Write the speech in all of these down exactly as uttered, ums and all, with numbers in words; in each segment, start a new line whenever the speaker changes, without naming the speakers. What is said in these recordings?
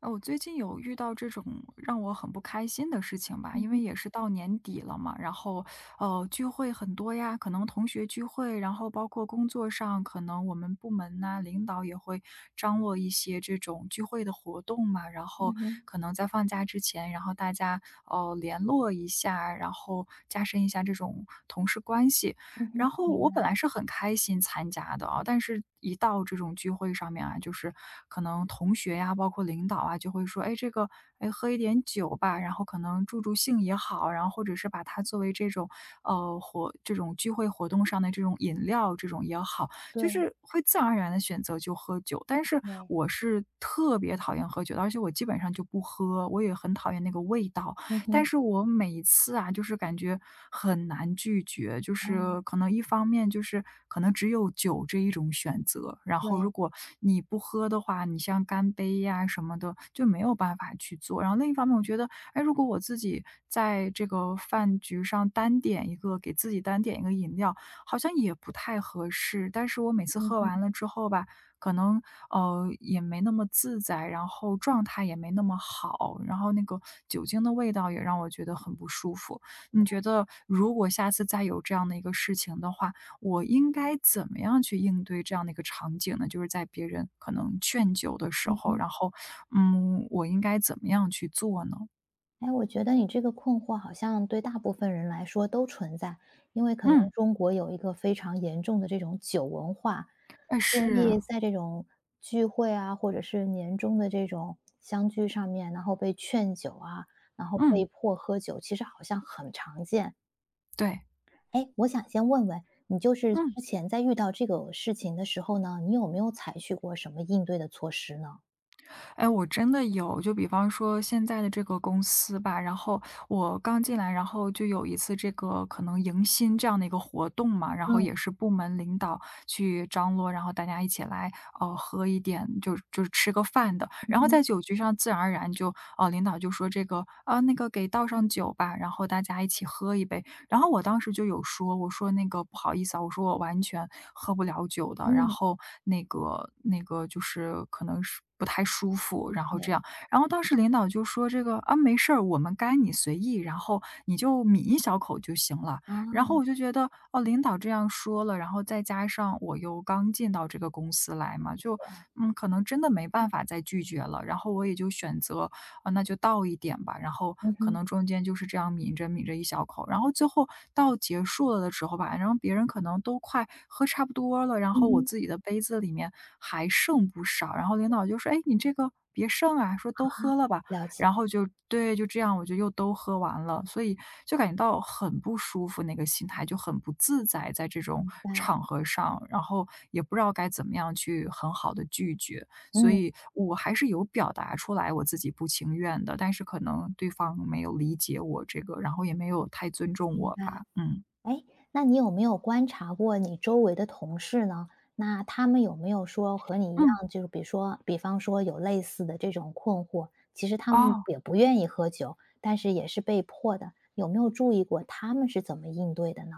呃，我最近有遇到这种让我很不开心的事情吧，
嗯
因为
哼，
也是到年底了嘛，然后呃聚会很多呀，可能同学聚会，然后包括工作上，可能我们部门呐、领导也会张罗一些这种聚会的活动嘛，然
嗯
后
哼，
可能在放假之前，然后大家呃联络一下，然后加深一下这种同事关系。
嗯
然
哼，
后
明
我
白，
本来是很开心参加的啊，但是一到这种聚会上面啊，就是可能同学呀，包括领导啊，就会说：“哎，这个，哎，喝一点酒吧。”然后可能助助兴也好，然后或者是把它作为这种呃活这种聚会活动上的这种饮料这种也好，就
对，
是会自然而然的选择就喝酒。但是
对，
我是特别讨厌喝酒的，而且我基本上就不喝，我也很讨厌那个味道。
嗯
但
哼，
是我每一次啊，就是感觉很难拒绝，就
哦，
是可能一方面就是可能只有酒这一种选择，然后
对，
如果你不喝的话，你像干杯呀、什么的就没有办法去做。然后另一方面，我觉得，哎，如果我自己在这个饭局上单点一个，给自己单点一个饮料，好像也不太合适。但是我每次
嗯
喝
哼，
完了之后吧，可能呃，也没那么自在，然后状态也没那么好，然后那个酒精的味道也让我觉得很不舒服。你觉得如果下次再有这样的一个事情的话，我应该怎么样去应对这样的一个场景呢？就是在别人可能劝酒的时
嗯
候，
哼。
然后，嗯，我应该怎么样去做呢？
哎，我觉得你这个困惑好像对大部分人来说都存在，因为可能
嗯，
中国有一个非常严重的这种酒文化，
哎，
所
是，
以在这种聚会啊，或者是年终的这种相聚上面，然后被劝酒啊，然后
嗯，
被迫喝酒，其实好像很常见。
对，
哎，我想先问问你，就是
嗯。
之前在遇到这个事情的时候呢，你有没有采取过什么应对的措施呢？
哎，我真的有，就比方说现在的这个公司吧，然后我刚进来，然后就有一次这个可能迎新这样的一个活动嘛，然后也
嗯，
是部门领导去张罗，然后大家一起来呃喝一点，就就是吃个饭的。
嗯
然后
哼，
在酒局上，自然而然就呃领导就说这个啊、那个给倒上酒吧，然后大家一起喝一杯。然后我当时就有说，我说那个不好意思啊，我说我完全喝不了酒的，然
嗯，
后那个那个就是可能是不太舒服，然后
对，
这样，然后当时领导就说这个啊没事儿，我们该你随意，然后你就抿一小口就行了。然
啊，
后我就觉得哦，领导这样说了，然后再加上我又刚进到这个公司来嘛，就嗯，可能真的没办法再拒绝了。然后我也就选择啊，那就倒一点吧。然后
嗯
可
哼，
能中间就是这样抿着抿着一小口，然后最后到结束了的时候吧，然后别人可能都快喝差不多了，然
嗯
后我
哼，
自己的杯子里面还剩不少，然后领导就说：“哎，你这个别剩啊，说都喝了吧。”
了解，
然后就对，就这样我就又都喝完了，所以就感觉到很不舒服，那个心态就很不自在，在这种
明白，
场合上，然后也不知道该怎么样去很好的拒绝。所
嗯，
以我还是有表达出来我自己不情愿的，但是可能对方没有理解我这个，然后也没有太尊重
明
我
白。
吧，嗯。
哎，那你有没有观察过你周围的同事呢？那他们有没有说和你一样，
嗯，
就是比如说，比方说有类似的这种困惑，其实他们
哦。
也不愿意喝酒，但是也是被迫的，有没有注意过他们是怎么应对的呢？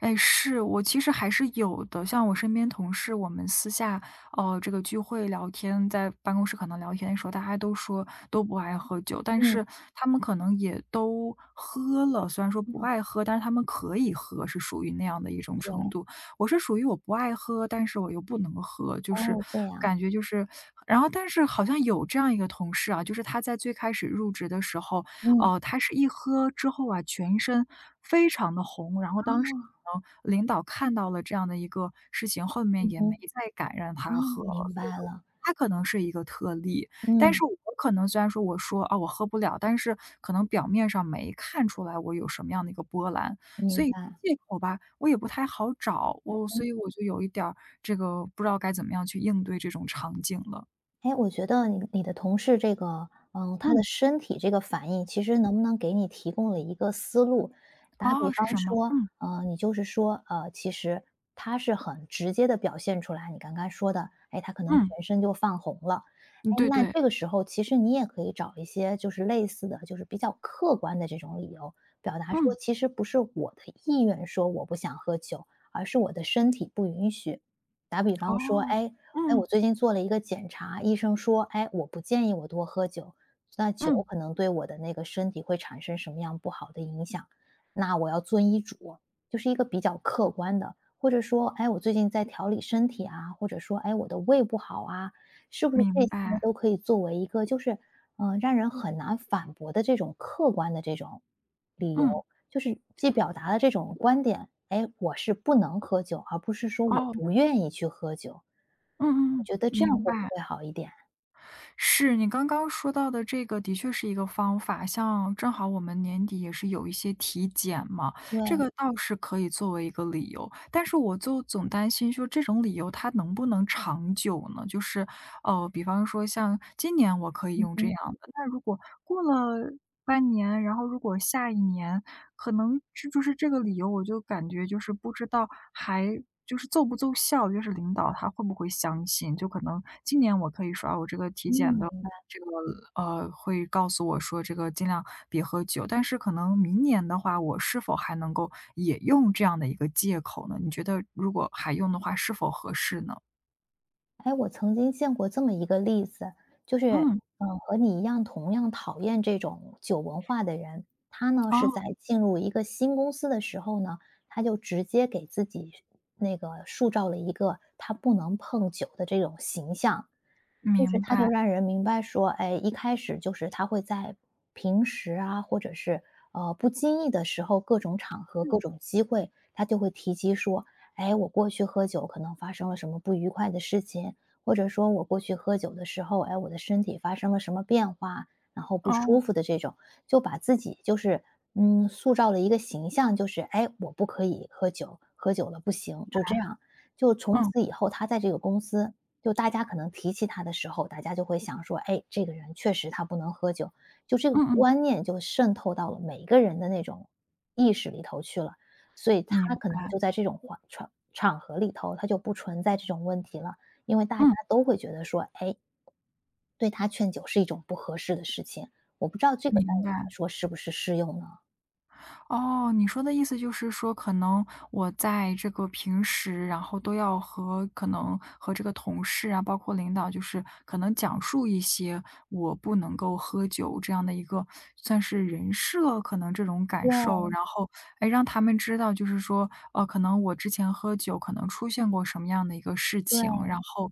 哎，是，我其实还是有的。像我身边同事，我们私下，呃，这个聚会聊天，在办公室可能聊天的时候，大家都说都不爱喝酒，但
嗯，
是他们可能也都喝了，虽然说不爱喝，但是他们可以喝，是属于那样的一种程
对，
度。我是属于我不爱喝，但是我又不能喝，就是
哦，这样，
感觉就是，然后但是好像有这样一个同事啊，就是他在最开始入职的时候，
嗯，
哦，他是一喝之后啊，全身非常的红，然后当时可能领导看到了这样的一个事情，后
嗯
面也没
嗯，
再敢让
哦，
他喝了，
明
所以
白
说
了，
他可能是一个特例。但
嗯，
是我可能虽然说我说：“啊，我喝不了”，但是可能表面上没看出来我有什么样的一个波澜，所
明
以
白。
借口吧，我也不太好找，我所以我就有一点儿这个不知道该怎么样去应对这种场景了。
哎，我觉得你你的同事这个，嗯，他的
嗯，
身体这个反应，其实能不能给你提供了一个思路？打比
哦，
方
是什么？
说，
嗯，
呃，你就是说，呃，其实他是很直接的表现出来，你刚刚说的，哎，他可能
嗯，
全身就泛红了。
嗯，
哎，
对
那
对，
这个时候其实你也可以找一些就是类似的，就是比较客观的这种理由，表达说
嗯。
其实不是我的意愿说我不想喝酒，而是我的身体不允许。打比方说，
哦，
哎，哎，我
嗯，
最近做了一个检查，医生说，哎，我不建议我多喝酒，那酒
嗯，
可能对我的那个身体会产生什么样不好的影响？那我要遵医嘱，就是一个比较客观的，或者说，哎，我最近在调理身体啊，或者说，哎，我的胃不好啊，是不是这
明
些
白，
都可以作为一个就是嗯，呃让人很难反驳的这种客观的这种理由，
嗯，
就是既表达了这种观点，哎，我是不能喝酒，而不是说我
哦，
不愿意去喝酒。
嗯
你
嗯嗯，
觉得这样
明
会不
白。
会好一点？
是你刚刚说到的这个的确是一个方法，像正好我们年底也是有一些体检嘛，
对，
这个倒是可以作为一个理由，但是我就总担心说这种理由它能不能长久呢？就是，呃，比方说像今年我可以
嗯
用这样
哼，
的，那如果过了半年，然后如果下一年可能是就是这个理由，我就感觉就是不知道还就是奏不奏效，就是领导他会不会相信。就可能今年我可以说啊，我这个体检的
嗯。
这个呃，会告诉我说这个尽量别喝酒，但是可能明年的话，我是否还能够也用这样的一个借口呢？你觉得如果还用的话，是否合适呢？
哎，我曾经见过这么一个例子，就是，
嗯，
嗯，和你一样同样讨厌这种酒文化的人，他呢
哦，
是在进入一个新公司的时候呢，他就直接给自己那个塑造了一个他不能碰酒的这种形象，就是
明
他，就
白，
让人明白说，哎，一开始就是他会在平时啊，或者是呃不经意的时候，各种场合、各
嗯，
种机会，他就会提及说，哎，我过去喝酒可能发生了什么不愉快的事情，或者说我过去喝酒的时候，哎，我的身体发生了什么变化，然后不
哦，
舒服的这种，就把自己就是嗯塑造了一个形象，就是哎，我不可以喝酒，喝酒了不行，
白，
就这样。就从
嗯，
此以后，他在这个公司就大家可能提起他的时候，大家就会想说，哎，这个人确实他不能喝酒，就这个
嗯嗯，
观念就渗透到了每一个人的那种意识里头去了，所以
明
他可能
白，
就在这种环场场合里头，他就不存在这种问题了，因为大家
嗯，
都会觉得说，哎，对他劝酒是一种不合适的事情，我不知道这个在
明
你
白。
来说是不是适用呢？
哦，你说的意思就是说，可能我在这个平时，然后都要和可能和这个同事啊，包括领导，就是可能讲述一些我不能够喝酒这样的一个算是人设，可能这种感
对
受，然后哎让他们知道，就是说，呃，可能我之前喝酒可能出现过什么样的一个事情，
对
然后。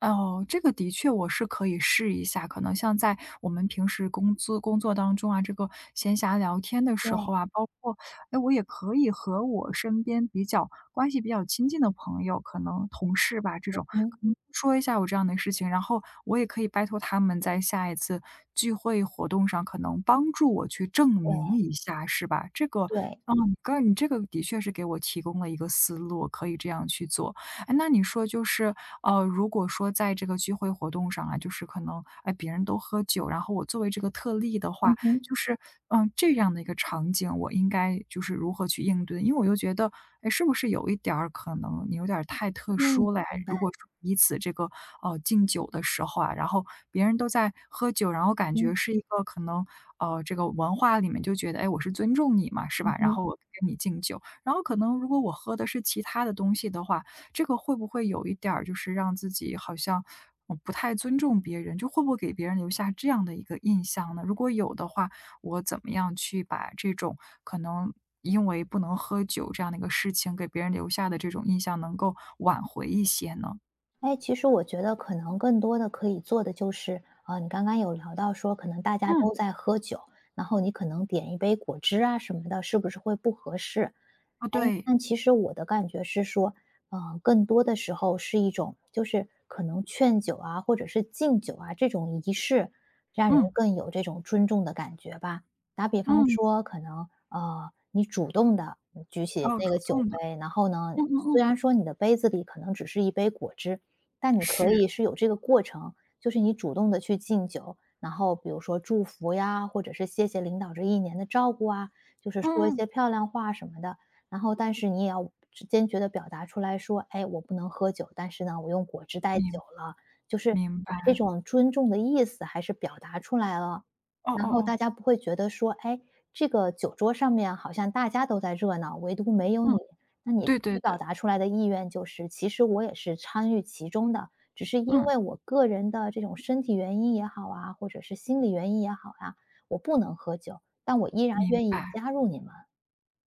哦，这个的确我是可以试一下。可能像在我们平时工资工作当中啊，这个闲暇聊天的时
对，
候啊，包括，哎，我也可以和我身边比较关系比较亲近的朋友，可能同事吧这种，
嗯，
可能说一下我这样的事情，然后我也可以拜托他们在下一次聚会活动上，可能帮助我去证
对
明一下，是吧？这个，
对，
嗯，你刚你这个的确是给我提供了一个思路，可以这样去做。哎，那你说就是，呃，如果说在这个聚会活动上啊，就是可能，哎，别人都喝酒，然后我作为这个特例的
嗯
话，
哼，
就是，嗯，这样的一个场景，我应该就是如何去应对？因为我又觉得，哎，是不是有一点儿可能你有点儿太特
嗯，
殊了呀？
明白，
如果说彼此这个呃敬酒的时候啊，然后别人都在喝酒，然后感
嗯，
觉是一个可能呃这个文化里面就觉得，哎，我是尊重你嘛，是
嗯
吧？然
哼。
后我跟你敬酒，然后可能如果我喝的是其他的东西的话，这个会不会有一点儿就是让自己好像，呃，不太尊重别人，就会不会给别人留下这样的一个印象呢？如果有的话，我怎么样去把这种可能因为不能喝酒这样的一个事情给别人留下的这种印象能够挽回一些呢？
哎，其实我觉得可能更多的可以做的就是，呃，你刚刚有聊到说，可能大家
嗯，
都在喝酒，然后你可能点一杯果汁啊什么的，是不是会不合适？
哦，
哎，
对，
但其实我的感觉是说，呃，更多的时候是一种，就是可能劝酒啊，或者是敬酒啊这种仪式，让人
嗯，
更有这种尊重的感觉吧。打比方
嗯，
说，可能呃，你主动的举起
哦，
那个
主
酒
动的，
杯，然后呢，
嗯嗯
虽
嗯，
然说你的杯子里可能只是一杯果汁，但你可
是，
以是有这个过程，就是你主动的去敬酒，然后比如说祝福呀，或者是谢谢领导这一年的照顾啊，就是说一
嗯嗯，
些漂亮话什么的。然后但是你也要坚决地表达出来说：“哎，我不能喝酒，但是呢，我用果汁代酒
明
了。”就是
明
把这
白，
种尊重的意思还是表达出来了，
哦
然
哦
后
哦，
大家不会觉得说：“哎，这个酒桌上面好像大家都在热闹，唯独没有你。”
嗯，
那你
对对
你表
对，
达出来的意愿就是：“其实我也是参与其中的，只是因
嗯，
为我个人的这种身体原因也好啊，或者是心理原因也好啊，我不能喝酒，但我依然
明
愿意
白。
加入你们。”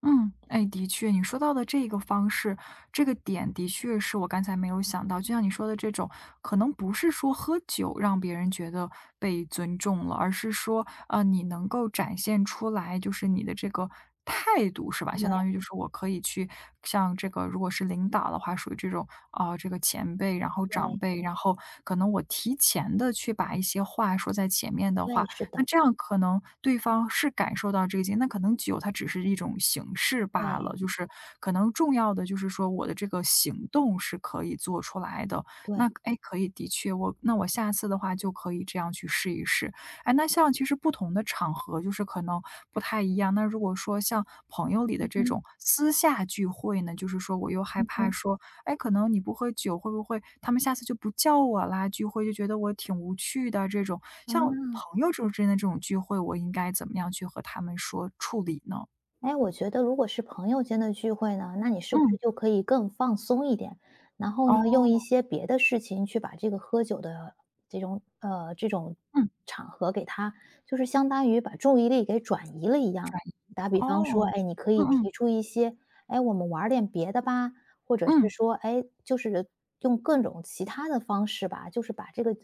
嗯，哎，的确，你说到的这个方式，这个点的确是我刚才没有想到。就像你说的这种，可能不是说喝酒让别人觉得被尊重了，而是说，呃，你能够展现出来，就是你的这个态度，是吧？相当于
对
就是我可以去像这个，如果是领导的话，属于这种啊、呃这个前辈，然后长
对。
辈，然后可能我提前的去把一些话说在前面的
对，
话，
是
那
的，
这样可能对方是感受到这个劲那可能酒它只是一种形式罢
对，
了，就是可能重要的就是说我的这个行动是可以做出来的。
对，
那哎，可以，的确，我那我下次的话就可以这样去试一试。哎，那像其实不同的场合就是可能不太一样。那如果说像朋友里的
嗯
这
哼，
种私下聚会呢，就是说我又害
嗯
怕
哼，
说哎，可能你不喝酒，会不会他们下次就不叫我啦？聚会就觉得我挺无趣的这种。
啊，
像朋友这种之间的这种聚会，我应该怎么样去和他们说处理呢？
哎，我觉得如果是朋友间的聚会呢，那你是不是
嗯，
就可以更放松一点？然后呢，用一
哦，
些别的事情去把这个喝酒的这种呃这种
嗯，
场合给它，就是相当于把注意力给转移了一样。
转移，
打比方说，
哦，
哎，你可以
嗯
提
嗯
出一些，哎，我们玩儿点别的吧，或者是
嗯，
说，哎，就是用各种其他的方式吧，就是把这个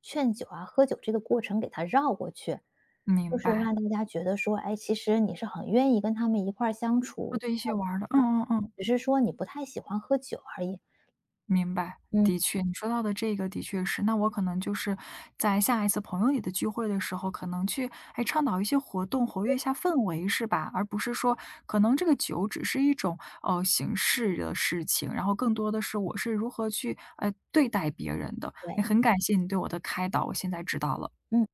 劝酒啊、喝酒这个过程给它绕过去。就
明
是让
白，
大家觉得说，哎，其实你是很愿意跟他们一块儿相
哦，
处，
对，一些玩儿的，嗯嗯嗯。
只是说你不太喜欢喝酒而已。
明白，
嗯，
的确，你说到的这个的确是，那我可能就是在下一次朋友里的聚会的时候，可能去哎倡导一些活动，活跃一下氛围，是吧？而不是说可能这个酒只是一种呃形式的事情，然后更多的是我是如何去呃对待别人的。哎，
对，
很感谢你对我的开导，我现在知道了。
嗯。